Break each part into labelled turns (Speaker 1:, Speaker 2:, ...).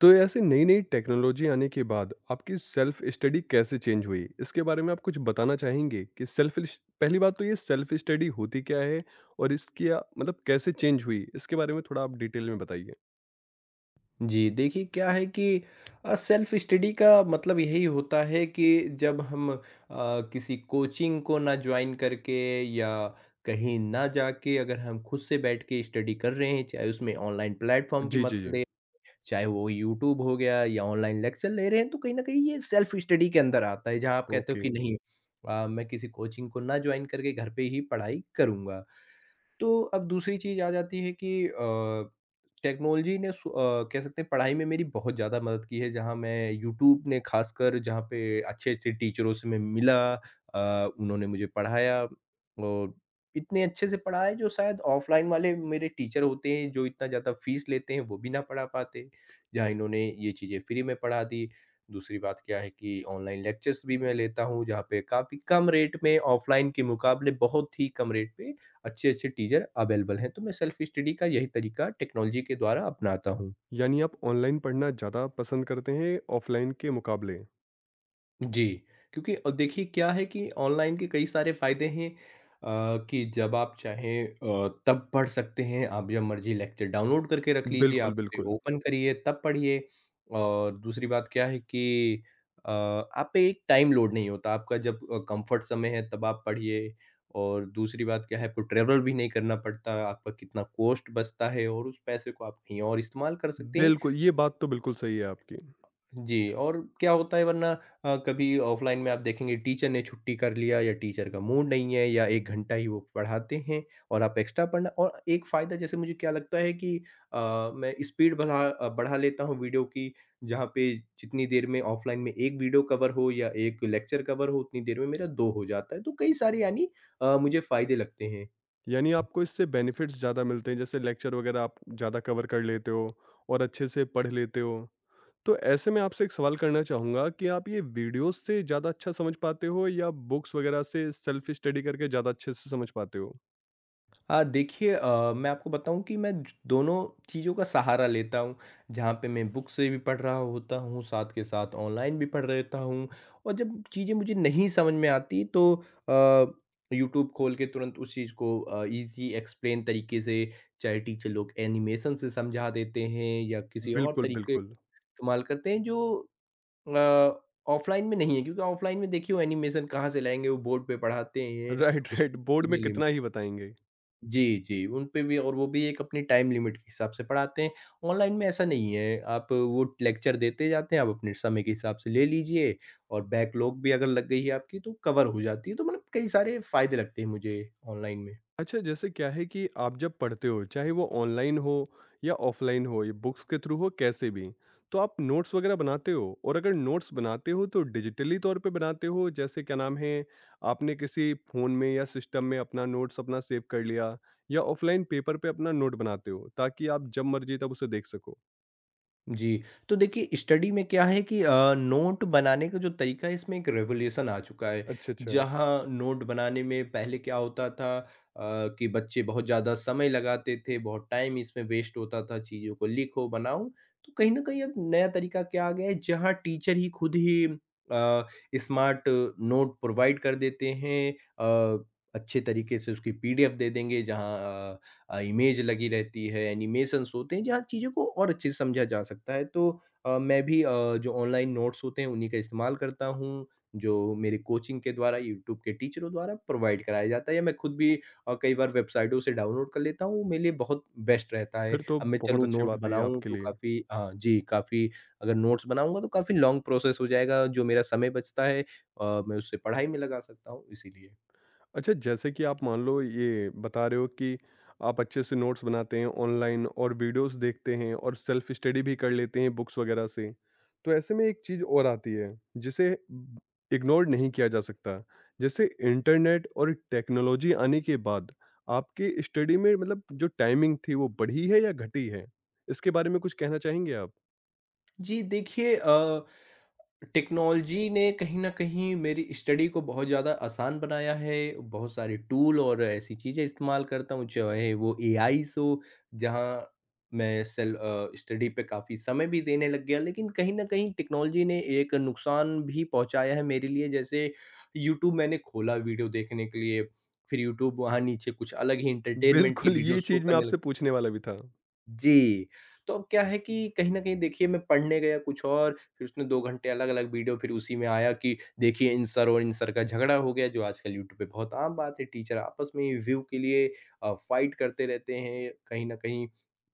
Speaker 1: तो ऐसे नई-नई टेक्नोलॉजी आने के बाद आपकी सेल्फ स्टडी कैसे चेंज हुई? इसके बारे में आप कुछ बताना चाहेंगे कि सेल्फ इश पहली बात तो ये सेल्फ स्टडी होती क्या है? और इसकी मतलब कैसे चेंज हुई? इसके बारे में थोड़ा आप डिटेल में बताइए।
Speaker 2: जी, देखिए क्या है कि सेल्फ़ स्टडी का मतलब यही होता है कि जब हम किसी कोचिंग को ना जॉइन करके या कहीं ना जाके अगर हम खुद से बैठ के स्टडी कर रहे हैं, चाहे उसमें ऑनलाइन प्लेटफ़ॉर्म की
Speaker 1: जी, जी,
Speaker 2: मदद
Speaker 1: जी।
Speaker 2: ले, चाहे वो यूट्यूब हो गया या ऑनलाइन लेक्चर ले रहे हैं, तो कहीं न कहीं ये सेल्फ़ स्टडी के अंदर आता है, जहाँ आप कहते हो
Speaker 1: ओके,
Speaker 2: कि नहीं, मैं किसी कोचिंग को ना जॉइन करके घर पे ही पढ़ाई करूँगा। तो अब दूसरी चीज़ आ जाती है कि टेक्नोलॉजी ने कह सकते हैं पढ़ाई में मेरी बहुत ज़्यादा मदद की है, जहाँ मैं यूट्यूब ने ख़ासकर जहाँ पे अच्छे-अच्छे टीचरों से मैं मिला, उन्होंने मुझे पढ़ाया और इतने अच्छे से पढ़ाया जो शायद ऑफ़लाइन वाले मेरे टीचर होते हैं, जो इतना ज़्यादा फ़ीस लेते हैं, वो भी ना पढ़ा पाते, जहाँ इन्होंने ये चीज़ें फ्री में पढ़ा दी। दूसरी बात क्या है कि ऑनलाइन लेक्चर्स भी मैं लेता हूँ, जहाँ पे काफ़ी कम रेट में, ऑफ़लाइन के मुकाबले बहुत ही कम रेट पे अच्छे-अच्छे टीचर अवेलेबल हैं, तो मैं सेल्फ स्टडी का यही तरीका टेक्नोलॉजी के द्वारा अपनाता हूँ।
Speaker 1: यानी आप ऑनलाइन पढ़ना ज़्यादा पसंद करते हैं ऑफलाइन के मुकाबले?
Speaker 2: जी, क्योंकि देखिए क्या है कि ऑनलाइन के कई सारे फ़ायदे हैं। कि जब आप चाहें तब पढ़ सकते हैं, आप जब मर्ज़ी लेक्चर डाउनलोड करके रख लीजिए, आप
Speaker 1: बिल्कुल,
Speaker 2: उसे
Speaker 1: बिल्कुल।
Speaker 2: ओपन करिए तब पढ़िए। और दूसरी बात क्या है कि आप पे एक टाइम लोड नहीं होता, आपका जब कम्फ़र्ट समय है तब आप पढ़िए। और दूसरी बात क्या है, आपको ट्रैवल भी नहीं करना पड़ता, आपका कितना कॉस्ट बचता है और उस पैसे को आप कहीं और इस्तेमाल कर सकते हैं।
Speaker 1: बिल्कुल, ये बात तो बिल्कुल सही है आपकी।
Speaker 2: जी, और क्या होता है वरना, कभी ऑफ़लाइन में आप देखेंगे टीचर ने छुट्टी कर लिया, या टीचर का मूड नहीं है, या 1 घंटा ही वो पढ़ाते हैं और आप एक्स्ट्रा पढ़ना। और एक फ़ायदा जैसे मुझे क्या लगता है कि मैं स्पीड बढ़ा लेता हूँ वीडियो की। जहाँ पे जितनी देर में ऑफ़लाइन में 1 वीडियो कवर हो या 1 लेक्चर कवर हो, उतनी देर में मेरा 2 हो जाता है। तो कई सारे, यानी मुझे फ़ायदे लगते हैं।
Speaker 1: यानी आपको इससे बेनिफिट्स ज़्यादा मिलते हैं, जैसे लेक्चर वगैरह आप ज़्यादा कवर कर लेते हो और अच्छे से पढ़ लेते हो। तो ऐसे में आपसे एक सवाल करना चाहूँगा कि आप ये वीडियोज़ से ज़्यादा अच्छा समझ पाते हो या बुक्स वगैरह से सेल्फ स्टडी करके ज़्यादा अच्छे से समझ पाते हो?
Speaker 2: हाँ, देखिए, मैं आपको बताऊँ कि मैं ज दोनों चीज़ों का सहारा लेता हूँ, जहाँ पे मैं बुक से भी पढ़ रहा होता हूँ, साथ के साथ ऑनलाइन भी पढ़ रहता हूँ। और जब चीज़ें मुझे नहीं समझ में आती, तो अ, यूट्यूब खोल के तुरंत उस चीज़ को, ईज़ी एक्सप्लेन तरीके से, चाहे टीचर लोग एनिमेशन से समझा देते हैं या किसी और
Speaker 1: बिल्कुल,
Speaker 2: तरीके
Speaker 1: बिल्कुल।
Speaker 2: इस्तेमाल करते हैं, जो अ, ऑफ़लाइन में नहीं है, क्योंकि ऑफ़लाइन में देखिए, वो एनिमेशन कहाँ से लाएँगे, वो बोर्ड पे पढ़ाते हैं,
Speaker 1: राइट, राइट।
Speaker 2: उसमें।
Speaker 1: बोर्ड में कितना ही बताएँगे।
Speaker 2: जी, जी, उन पे भी, और वो भी एक अपनी टाइम लिमिट के हिसाब से पढ़ाते हैं। ऑनलाइन में ऐसा नहीं है, आप वो लेक्चर देते जाते हैं, आप अपने समय के हिसाब से ले लीजिए, और बैकलॉग भी अगर लग गई है आपकी, तो कवर हो जाती है। तो मतलब कई सारे फ़ायदे लगते हैं मुझे ऑनलाइन में।
Speaker 1: अच्छा, जैसे क्या है कि आप जब पढ़ते हो, चाहे वो ऑनलाइन हो या ऑफलाइन हो, ये बुक्स के थ्रू हो, कैसे भी, तो आप नोट्स वगैरह बनाते हो? और अगर नोट्स बनाते हो, तो डिजिटली तौर पे बनाते हो, जैसे क्या नाम है, आपने किसी फ़ोन में या सिस्टम में अपना नोट्स अपना सेव कर लिया, या ऑफलाइन पेपर पे अपना नोट बनाते हो, ताकि आप जब मर्ज़ी तब उसे देख सको?
Speaker 2: जी, तो देखिए, स्टडी में क्या है कि नोट बनाने का जो तरीका है, इसमें एक रेवोल्यूशन आ चुका है।
Speaker 1: अच्छा, अच्छा।
Speaker 2: जहाँ नोट बनाने में पहले क्या होता था, कि बच्चे बहुत ज़्यादा समय लगाते थे, बहुत टाइम इसमें वेस्ट होता था, चीज़ों को लिखो, बनाओ। तो कहीं न कहीं अब नया तरीका क्या आ गया है, जहाँ टीचर ही खुद ही स्मार्ट नोट प्रोवाइड कर देते हैं। अ, अच्छे तरीके से उसकी पीडीएफ दे देंगे, जहाँ अ इमेज लगी रहती है, एनिमेशंस होते हैं, जहाँ चीज़ों को और अच्छे से समझा जा सकता है। तो मैं भी जो ऑनलाइन नोट्स होते हैं, उन्हीं का इस्तेमाल करता हूँ, जो मेरी कोचिंग के द्वारा, यूट्यूब के टीचरों द्वारा प्रोवाइड कराया जाता है, या मैं खुद भी कई बार वेबसाइटों से डाउनलोड कर लेता हूँ, वो मेरे लिए बहुत बेस्ट रहता है।
Speaker 1: फिर तो
Speaker 2: अब मैं
Speaker 1: बहुत
Speaker 2: चलूँ
Speaker 1: अच्छी
Speaker 2: नोट
Speaker 1: बात है ये
Speaker 2: बनाऊँ
Speaker 1: आपके
Speaker 2: तो
Speaker 1: लिए।
Speaker 2: काफ़ी, हाँ जी, काफ़ी अगर नोट्स बनाऊँगा तो काफ़ी लॉन्ग प्रोसेस हो जाएगा, जो मेरा समय बचता है मैं उससे पढ़ाई में लगा सकता हूँ, इसीलिए।
Speaker 1: अच्छा, जैसे कि आप मान लो ये बता रहे हो कि आप अच्छे से नोट्स बनाते हैं ऑनलाइन और वीडियोज़ देखते हैं और सेल्फ स्टडी भी कर लेते हैं बुक्स वगैरह से। तो ऐसे में एक चीज़ और आती है जिसे इग्नोर नहीं किया जा सकता। जैसे इंटरनेट और टेक्नोलॉजी आने के बाद आपकी स्टडी में, मतलब जो टाइमिंग थी वो बढ़ी है या घटी है? इसके बारे में कुछ कहना चाहेंगे आप?
Speaker 2: जी, देखिए, टेक्नोलॉजी ने कहीं न कहीं मेरी स्टडी को बहुत ज़्यादा आसान बनाया है, बहुत सारे टूल और ऐसी चीज़ें इस्तेमाल करता हूँ, चाहे वो एआईज़ हो, जहाँ मैं स्टडी पे काफ़ी समय भी देने लग गया। लेकिन कहीं न कहीं टेक्नोलॉजी ने एक नुकसान भी पहुँचाया है मेरे लिए, जैसे यूट्यूब मैंने खोला वीडियो देखने के लिए, फिर यूट्यूब वहाँ नीचे कुछ अलग ही एंटरटेनमेंट की
Speaker 1: बिल्कुल,
Speaker 2: वीडियो
Speaker 1: ये
Speaker 2: शो
Speaker 1: चीज़ मैं
Speaker 2: करने
Speaker 1: आपसे
Speaker 2: लग।
Speaker 1: पूछने वाला भी था।
Speaker 2: जी, तो अब क्या है कि कहीं न कहीं देखिए मैं पढ़ने गया कुछ और, फिर उसने 2 घंटे अलग-अलग वीडियो, फिर उसी में आया कि देखिए इन सर और इन सर का झगड़ा हो गया, जो आजकल यूट्यूब पे बहुत आम बात है। टीचर आपस में ही व्यू के लिए फाइट करते रहते हैं कहीं न कहीं।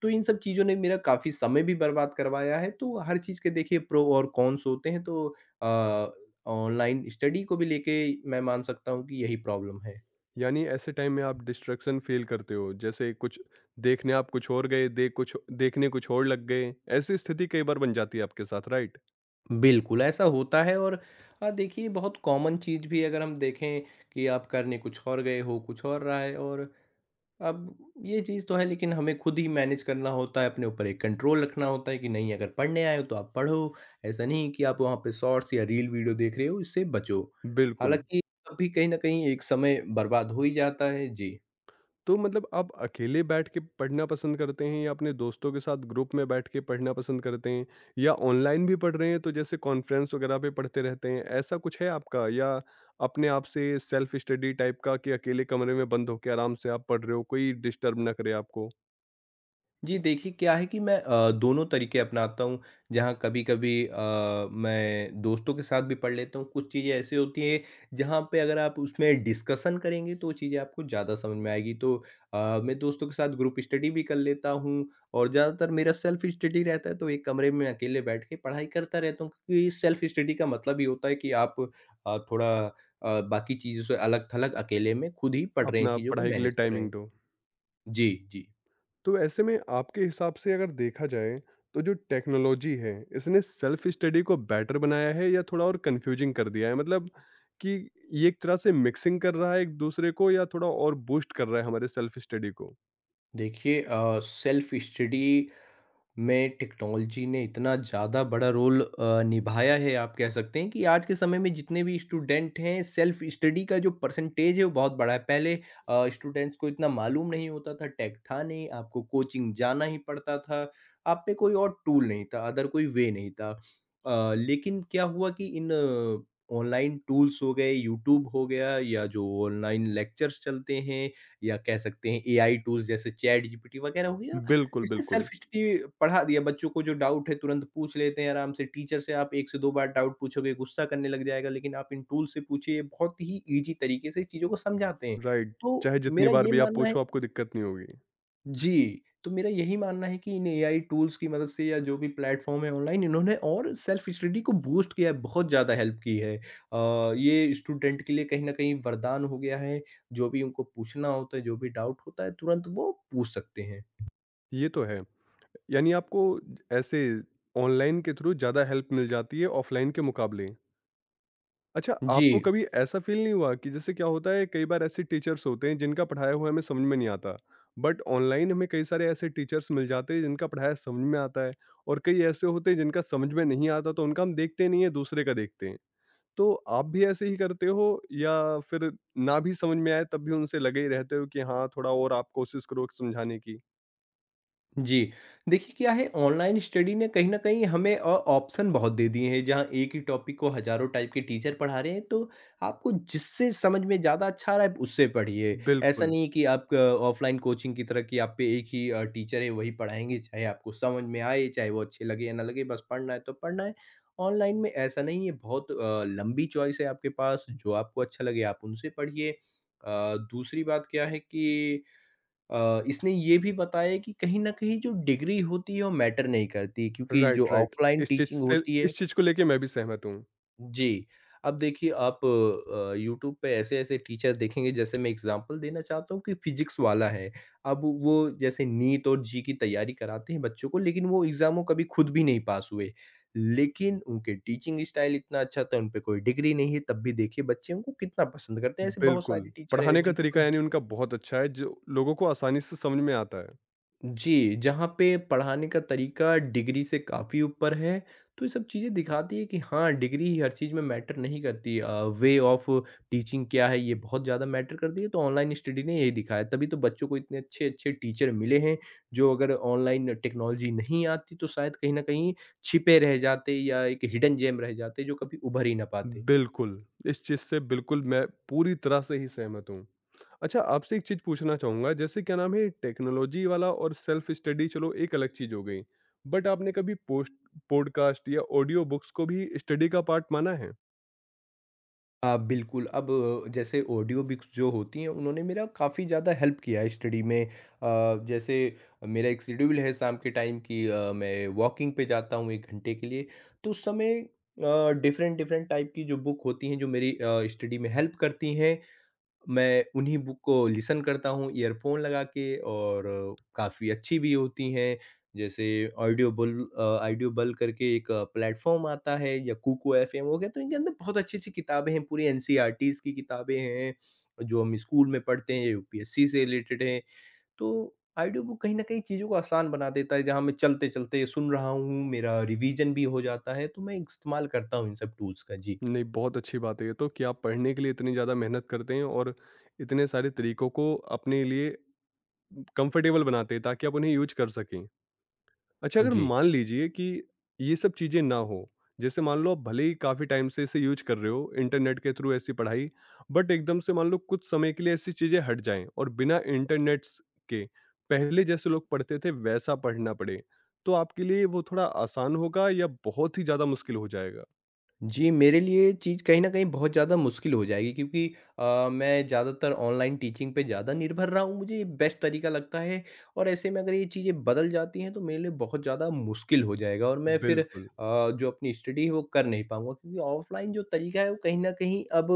Speaker 2: तो इन सब चीज़ों ने मेरा काफ़ी समय भी बर्बाद करवाया है, तो हर चीज़ के देखिए प्रो और कॉन्स होते हैं, तो अ, ऑनलाइन स्टडी को भी लेके मैं मान सकता हूँ कि यही प्रॉब्लम है।
Speaker 1: यानी ऐसे टाइम में आप डिस्ट्रैक्शन फ़ील करते हो? जैसे कुछ देखने आप कुछ और गए, दे कुछ देखने कुछ और लग गए, ऐसी स्थिति कई बार बन जाती है आपके साथ, राइट?
Speaker 2: बिल्कुल, ऐसा होता है। और देखिए, बहुत कॉमन चीज़ भी अगर हम देखें कि आप करने कुछ और गए हो, कुछ और रहा है। और अब ये चीज़ तो है, लेकिन हमें खुद ही मैनेज करना होता है, अपने ऊपर एक कंट्रोल रखना होता है कि नहीं, अगर पढ़ने आए हो तो आप पढ़ो, ऐसा नहीं कि आप वहाँ पे शॉर्ट्स या रील वीडियो देख रहे हो, इससे बचो।
Speaker 1: बिल्कुल।
Speaker 2: हालाँकि तब भी कहीं न कहीं एक समय बर्बाद हो ही जाता है। जी।
Speaker 1: तो मतलब आप अकेले बैठ के पढ़ना पसंद करते हैं या अपने दोस्तों के साथ ग्रुप में बैठ के पढ़ना पसंद करते हैं? या ऑनलाइन भी पढ़ रहे हैं, तो जैसे कॉन्फ्रेंस वगैरह पे पढ़ते रहते हैं, ऐसा कुछ है आपका? या अपने आप से सेल्फ स्टडी टाइप का कि अकेले कमरे में बंद होके आराम से आप पढ़ रहे हो, कोई डिस्टर्ब ना करे आपको,
Speaker 2: जी, देखिए क्या है कि मैं दोनों तरीके अपनाता हूँ, जहाँ कभी-कभी मैं दोस्तों के साथ भी पढ़ लेता हूँ, कुछ चीज़ें ऐसी होती हैं जहाँ पे अगर आप उसमें डिस्कशन करेंगे, तो वो चीज़ें आपको ज़्यादा समझ में आएगी। तो मैं दोस्तों के साथ ग्रुप स्टडी भी कर लेता हूँ, और ज़्यादातर मेरा सेल्फ स्टडी रहता है, तो एक कमरे में अकेले बैठ के पढ़ाई करता रहता हूँ, क्योंकि सेल्फ स्टडी का मतलब ये होता है कि आप थोड़ा बाकी चीज़ों से अलग-थलग अकेले में खुद ही पढ़ रहे हैं,
Speaker 1: अपना
Speaker 2: चीज़ों को
Speaker 1: पढ़ाई के लिए
Speaker 2: मैनेज कर रहे
Speaker 1: टाइमिंग
Speaker 2: हैं।
Speaker 1: दो?
Speaker 2: जी, जी।
Speaker 1: तो ऐसे में आपके हिसाब से अगर देखा जाए, तो जो टेक्नोलॉजी है इसने सेल्फ स्टडी को बेटर बनाया है या थोड़ा और कंफ्यूजिंग कर दिया है? मतलब कि ये एक तरह से मिक्सिंग कर रहा है एक दूसरे को या थोड़ा और बूस्ट कर रहा है हमारे सेल्फ स्टडी को?
Speaker 2: देखिए, सेल्फ स्टडी में टेक्नोलॉजी ने इतना ज़्यादा बड़ा रोल निभाया है। आप कह सकते हैं कि आज के समय में जितने भी स्टूडेंट हैं, सेल्फ स्टडी का जो परसेंटेज है वो बहुत बड़ा है। पहले स्टूडेंट्स को इतना मालूम नहीं होता था, टेक था नहीं, आपको कोचिंग जाना ही पड़ता था, आप पे कोई और टूल नहीं था, अदर कोई वे नहीं था। लेकिन क्या हुआ कि इन ऑनलाइन टूल्स हो गए, यूट्यूब हो गया, या जो ऑनलाइन लेक्चर्स चलते हैं, या कह सकते हैं एआई टूल्स जैसे चैट जीपीटी वगैरह हो गया।
Speaker 1: बिल्कुल,
Speaker 2: इसने सेल्फ
Speaker 1: बिल्कुल।
Speaker 2: स्टडी बढ़ा दिया, बच्चों को जो डाउट है तुरंत पूछ लेते हैं आराम से। टीचर से आप 1 से 2 बार डाउट पूछोगे, गुस्सा करने लग जाएगा, लेकिन आप इन टूल से पूछिए, ये बहुत ही ईज़ी तरीके से चीज़ों को समझाते हैं।
Speaker 1: राइट।
Speaker 2: तो
Speaker 1: चाहे जितनी
Speaker 2: मेरा
Speaker 1: बार
Speaker 2: ये
Speaker 1: भी आप
Speaker 2: मानना है।
Speaker 1: पूछो आपको दिक्कत नहीं होगी।
Speaker 2: जी, तो मेरा यही मानना है कि इन एआई टूल्स की मदद से, या जो भी प्लेटफ़ॉर्म है ऑनलाइन, इन्होंने और सेल्फ स्टडी को बूस्ट किया है, बहुत ज़्यादा हेल्प की है। ये स्टूडेंट के लिए कहीं न कहीं वरदान हो गया है, जो भी उनको पूछना होता है, जो भी डाउट होता है, तुरंत वो पूछ सकते हैं।
Speaker 1: ये तो है। यानी आपको ऐसे ऑनलाइन के थ्रू ज़्यादा हेल्प मिल जाती है ऑफलाइन के मुकाबले। अच्छा,
Speaker 2: जी।
Speaker 1: आपको कभी ऐसा फ़ील नहीं हुआ कि जैसे क्या होता है, कई बार ऐसे टीचर्स होते हैं जिनका पढ़ाया हुआ हमें समझ में नहीं आता, बट ऑनलाइन हमें कई सारे ऐसे टीचर्स मिल जाते हैं जिनका पढ़ाया समझ में आता है, और कई ऐसे होते हैं जिनका समझ में नहीं आता, तो उनका हम देखते नहीं है, दूसरे का देखते हैं। तो आप भी ऐसे ही करते हो, या फिर ना भी समझ में आए तब भी उनसे लगे ही रहते हो कि हाँ, थोड़ा और आप कोशिश करो समझाने की?
Speaker 2: जी, देखिए क्या है, ऑनलाइन स्टडी ने कहीं न कहीं हमें ऑप्शन बहुत दे दिए हैं, जहाँ एक ही टॉपिक को हज़ारों टाइप के टीचर पढ़ा रहे हैं, तो आपको जिससे समझ में ज़्यादा अच्छा आ रहा है, उससे पढ़िए। ऐसा
Speaker 1: बिल्कुल,
Speaker 2: नहीं है कि आप ऑफलाइन कोचिंग की तरह कि आप पे एक ही टीचर है, वही पढ़ाएँगे, चाहे आपको समझ में आए, चाहे वो अच्छे लगे या ना लगे, बस पढ़ना है तो पढ़ना है। ऑनलाइन में ऐसा नहीं है, बहुत लंबी चॉइस है आपके पास, जो आपको अच्छा लगे आप उनसे पढ़िए। दूसरी बात क्या है कि इसने ये भी बताया कि कहीं न कहीं जो डिग्री होती है वो मैटर नहीं करती, क्योंकि
Speaker 1: राइट,
Speaker 2: जो
Speaker 1: राइट।
Speaker 2: ऑफ़लाइन
Speaker 1: इस चीज़
Speaker 2: टीचिंग
Speaker 1: से,
Speaker 2: होती है।
Speaker 1: इस चीज़ को लेके मैं भी सहमत हूँ।
Speaker 2: जी, अब देखिए, आप यूट्यूब पे ऐसे-ऐसे टीचर देखेंगे, जैसे मैं एग्ज़ाम्पल देना चाहता हूँ कि फ़िज़िक्स वाला है। अब वो जैसे नीट और जी की तैयारी कराते हैं बच्चों को, लेकिन वो एग्ज़ाम में कभी खुद भी नहीं पास हुए। लेकिन उनके टीचिंग स्टाइल इतना अच्छा था, उन पे कोई डिग्री नहीं है, तब भी देखिए बच्चे उनको कितना पसंद करते हैं। ऐसे बहुत
Speaker 1: बिल्कुल,
Speaker 2: सारे टीचर हैं
Speaker 1: पढ़ाने का
Speaker 2: जिन पे
Speaker 1: तरीका
Speaker 2: कोई।
Speaker 1: यानी उनका बहुत अच्छा है जो लोगों को आसानी से समझ में आता है।
Speaker 2: जी, जहाँ पे पढ़ाने का तरीका डिग्री से काफ़ी ऊपर है, तो ये सब चीज़ें दिखाती है कि हाँ, डिग्री ही हर चीज़ में मैटर नहीं करती। वे ऑफ टीचिंग क्या है, ये बहुत ज़्यादा मैटर करती है, तो ऑनलाइन स्टडी ने यही दिखाया। तभी तो बच्चों को इतने अच्छे-अच्छे टीचर मिले हैं, जो अगर ऑनलाइन टेक्नोलॉजी नहीं आती, तो शायद कहीं न कहीं छिपे रह जाते, या एक हिडन जेम रह जाते, जो कभी उभर ही ना पाते।
Speaker 1: बिल्कुल, इस चीज़ से बिल्कुल मैं पूरी तरह से ही सहमत हूँ। अच्छा, आपसे एक चीज़ पूछना चाहूँगा, जैसे क्या नाम है, टेक्नोलॉजी वाला और सेल्फ स्टडी चलो एक अलग चीज़ हो गई। बट आपने कभी पोस्ट पॉडकास्ट या ऑडियो बुक्स को भी स्टडी का पार्ट माना है?
Speaker 2: बिल्कुल। अब जैसे ऑडियो बुक्स जो होती हैं, उन्होंने मेरा काफ़ी ज़्यादा हेल्प किया है स्टडी में। जैसे मेरा एक शेड्यूल है शाम के टाइम कि मैं वॉकिंग पे जाता हूँ 1 घंटे के लिए, तो उस समय डिफरेंट डिफरेंट टाइप की जो बुक होती हैं, जो मेरी स्टडी में हेल्प करती हैं। मैं उन्हीं बुक को लिसन करता हूँ ईयरफ़ोन लगा के, और काफ़ी अच्छी भी होती हैं। जैसे ऑडियोबुल ऑडियोबल करके एक प्लेटफ़ॉर्म आता है, या कुको एफ़एम हो गया। तो इनके अंदर बहुत अच्छी-अच्छी किताबें हैं, पूरी एनसीईआरटीज़ की किताबें हैं, जो हम स्कूल में पढ़ते हैं, या यूपीएससी से रिलेटेड हैं। तो ऑडियो बुक कहीं न कहीं चीज़ों को आसान बना देता है, जहाँ मैं चलते-चलते सुन रहा हूँ, मेरा रिवीजन भी हो जाता है। तो मैं इस्तेमाल करता हूँ इन सब टूल्स का। जी।
Speaker 1: नहीं, बहुत अच्छी बात है ये तो कि आप पढ़ने के लिए इतनी ज़्यादा मेहनत करते हैं और इतने सारे तरीकों को अपने लिए कंफर्टेबल बनाते हैं ताकि आप उन्हें यूज़ कर सकें। अच्छा, अगर
Speaker 2: जी।
Speaker 1: मान लीजिए कि ये सब चीज़ें ना हो, जैसे मान लो आप भले ही काफ़ी टाइम से इसे यूज़ कर रहे हो, इंटरनेट के थ्रू ऐसी पढ़ाई, बट एकदम से मान लो कुछ समय के लिए ऐसी चीज़ें हट जाएँ और बिना इंटरनेट्स के पहले जैसे लोग पढ़ते थे वैसा पढ़ना पड़े, तो आपके लिए वो थोड़ा आसान होगा या बहुत ही ज़्यादा मुश्किल हो जाएगा?
Speaker 2: जी, मेरे लिए चीज़ कहीं न कहीं बहुत ज़्यादा मुश्किल हो जाएगी, क्योंकि मैं ज़्यादातर ऑनलाइन टीचिंग पे ज़्यादा निर्भर रहा हूँ, मुझे ये बेस्ट तरीका लगता है। और ऐसे में अगर ये चीज़ें बदल जाती हैं, तो मेरे लिए बहुत ज़्यादा मुश्किल हो जाएगा, और मैं फिर
Speaker 1: बिल्कुल।
Speaker 2: जो अपनी स्टडी है, वो कर नहीं पाऊँगा। क्योंकि ऑफ़लाइन जो तरीका है, वो कहीं न कहीं अब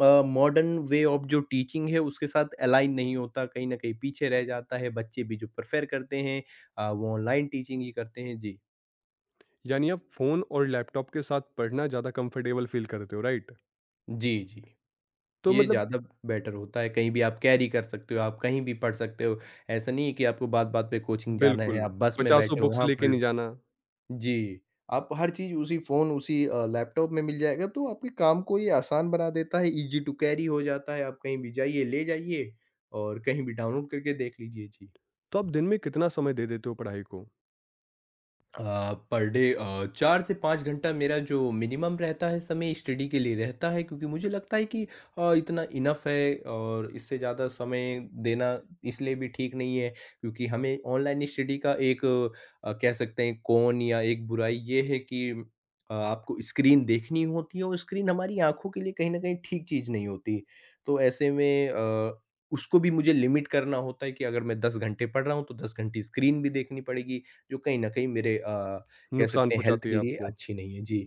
Speaker 2: मॉडर्न वे ऑफ़ जो टीचिंग है, उसके साथ अलाइन नहीं होता, कहीं न कहीं पीछे रह जाता है। बच्चे भी जो प्रेफ़र करते हैं, वो ऑनलाइन टीचिंग ही करते हैं। जी।
Speaker 1: यानी आप फ़ोन और लैपटॉप के साथ पढ़ना ज़्यादा कंफर्टेबल फ़ील करते हो, राइट?
Speaker 2: जी, जी।
Speaker 1: तो
Speaker 2: ये
Speaker 1: मतलब
Speaker 2: ज़्यादा बेटर होता है, कहीं भी आप कैरी कर सकते हो, आप कहीं भी पढ़ सकते हो। ऐसा नहीं है कि आपको बात-बात पे कोचिंग जाना
Speaker 1: बिल्कुल,
Speaker 2: है, आप बस में
Speaker 1: पचासों
Speaker 2: बैठे हो
Speaker 1: बुक्स
Speaker 2: वहाँ पढ़
Speaker 1: लेके
Speaker 2: लो।
Speaker 1: नहीं जाना।
Speaker 2: जी, आप हर चीज़ उसी फ़ोन उसी लैपटॉप में मिल जाएगा, तो आपके काम को ये आसान बना देता है, ईज़ी टू कैरी हो जाता है। आप कहीं भी जाइए, ले जाइए, और कहीं भी डाउनलोड करके देख लीजिए। जी।
Speaker 1: तो आप दिन में कितना समय दे देते हो पढ़ाई को?
Speaker 2: पर डे 4 से 5 घंटा मेरा जो मिनिमम रहता है, समय स्टडी के लिए रहता है, क्योंकि मुझे लगता है कि इतना इनफ है, और इससे ज़्यादा समय देना इसलिए भी ठीक नहीं है, क्योंकि हमें ऑनलाइन स्टडी का एक कह सकते हैं कौन या एक बुराई ये है कि आपको स्क्रीन देखनी होती है, और स्क्रीन हमारी आंखों के लिए कहीं ना कहीं ठीक चीज़ नहीं होती। तो ऐसे में उसको भी मुझे लिमिट करना होता है कि अगर मैं 10 घंटे पढ़ रहा हूँ, तो 10 घंटे स्क्रीन भी देखनी पड़ेगी, जो कहीं न कहीं मेरे कह
Speaker 1: नुकसान
Speaker 2: सकते हैं हेल्थ
Speaker 1: पहुँचाती
Speaker 2: के
Speaker 1: है
Speaker 2: लिए
Speaker 1: आपको।
Speaker 2: अच्छी नहीं है। जी।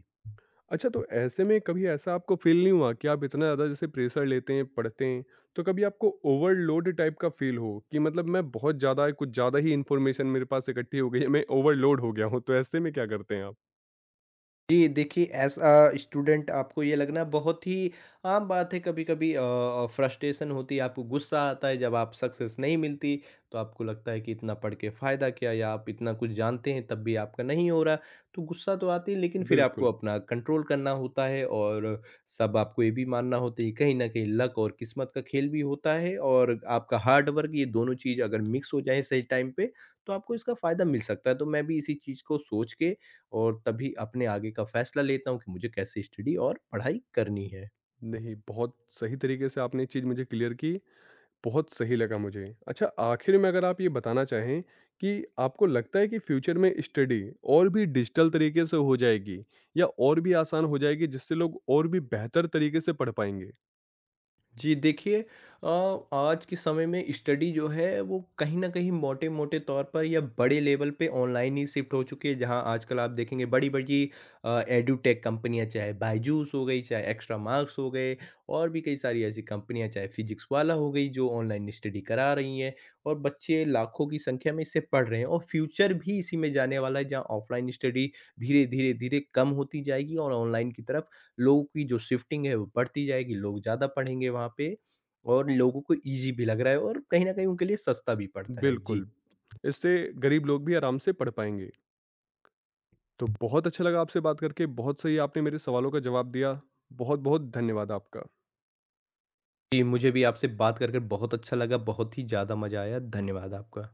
Speaker 1: अच्छा, तो ऐसे में कभी ऐसा आपको फ़ील नहीं हुआ कि आप इतना ज़्यादा जैसे प्रेशर लेते हैं, पढ़ते हैं, तो कभी आपको ओवरलोड टाइप का फ़ील हो कि मतलब मैं बहुत ज़्यादा, कुछ ज़्यादा ही इन्फॉर्मेशन मेरे पास इकट्ठी हो गई है, मैं ओवरलोड हो गया हूँ, तो ऐसे में क्या करते हैं आप?
Speaker 2: जी, देखिए, एज़ अ स्टूडेंट आपको ये लगना बहुत ही आम बात है। कभी-कभी फ्रस्ट्रेशन होती है, आपको गुस्सा आता है जब आप सक्सेस नहीं मिलती। तो आपको लगता है कि इतना पढ़ के फ़ायदा क्या, या आप इतना कुछ जानते हैं तब भी आपका नहीं हो रहा। तो गुस्सा तो आती है, लेकिन फिर आपको
Speaker 1: बिल्कुल।
Speaker 2: अपना कंट्रोल करना होता है, और सब आपको ये भी मानना होता है कि कहीं न कहीं लक और किस्मत का खेल भी होता है, और आपका हार्ड वर्क, ये दोनों चीज़ अगर मिक्स हो जाए सही टाइम पे, तो आपको इसका फ़ायदा मिल सकता है। तो मैं भी इसी चीज़ को सोच के, और तभी अपने आगे का फैसला लेता हूँ कि मुझे कैसे स्टडी और पढ़ाई करनी है।
Speaker 1: नहीं, बहुत सही तरीके से आपने ये चीज़ मुझे क्लियर की। बहुत सही लगा मुझे। अच्छा, आखिर में अगर आप ये बताना चाहें कि आपको लगता है कि फ्यूचर में स्टडी और भी डिजिटल तरीके से हो जाएगी या और भी आसान हो जाएगी जिससे लोग और भी बेहतर तरीके से पढ़ पाएँगे?
Speaker 2: जी, देखिए, अ, आज के समय में स्टडी जो है, वो कहीं ना कहीं मोटे मोटे तौर पर या बड़े लेवल पे ऑनलाइन ही शिफ्ट हो चुकी है, जहां आजकल आप देखेंगे बड़ी बड़ी एडुटेक कंपनियां, चाहे बायजूस हो गई, चाहे एक्स्ट्रा मार्क्स हो गए, और भी कई सारी ऐसी कंपनियां, चाहे फिजिक्स वाला हो गई, जो ऑनलाइन स्टडी करा रही हैं, और बच्चे लाखों की संख्या में इससे पढ़ रहे हैं। और फ्यूचर भी इसी में जाने वाला है, जहाँ ऑफलाइन स्टडी धीरे धीरे धीरे कम होती जाएगी, और ऑनलाइन की तरफ लोगों की जो शिफ्टिंग है, वो बढ़ती जाएगी, लोग ज़्यादा पढ़ेंगे वहाँ पे, और लोगों को ईज़ी भी लग रहा है, और कहीं न कहीं उनके लिए सस्ता भी पड़ता है। जी।
Speaker 1: बिल्कुल, इससे गरीब लोग भी आराम से पढ़ पाएँगे। तो बहुत अच्छा लगा आपसे बात करके, बहुत सही आपने मेरे सवालों का जवाब दिया। बहुत-बहुत धन्यवाद आपका।
Speaker 2: जी, मुझे भी आपसे बात कर बहुत अच्छा लगा, बहुत ही ज़्यादा मज़ा आया। धन्यवाद आपका।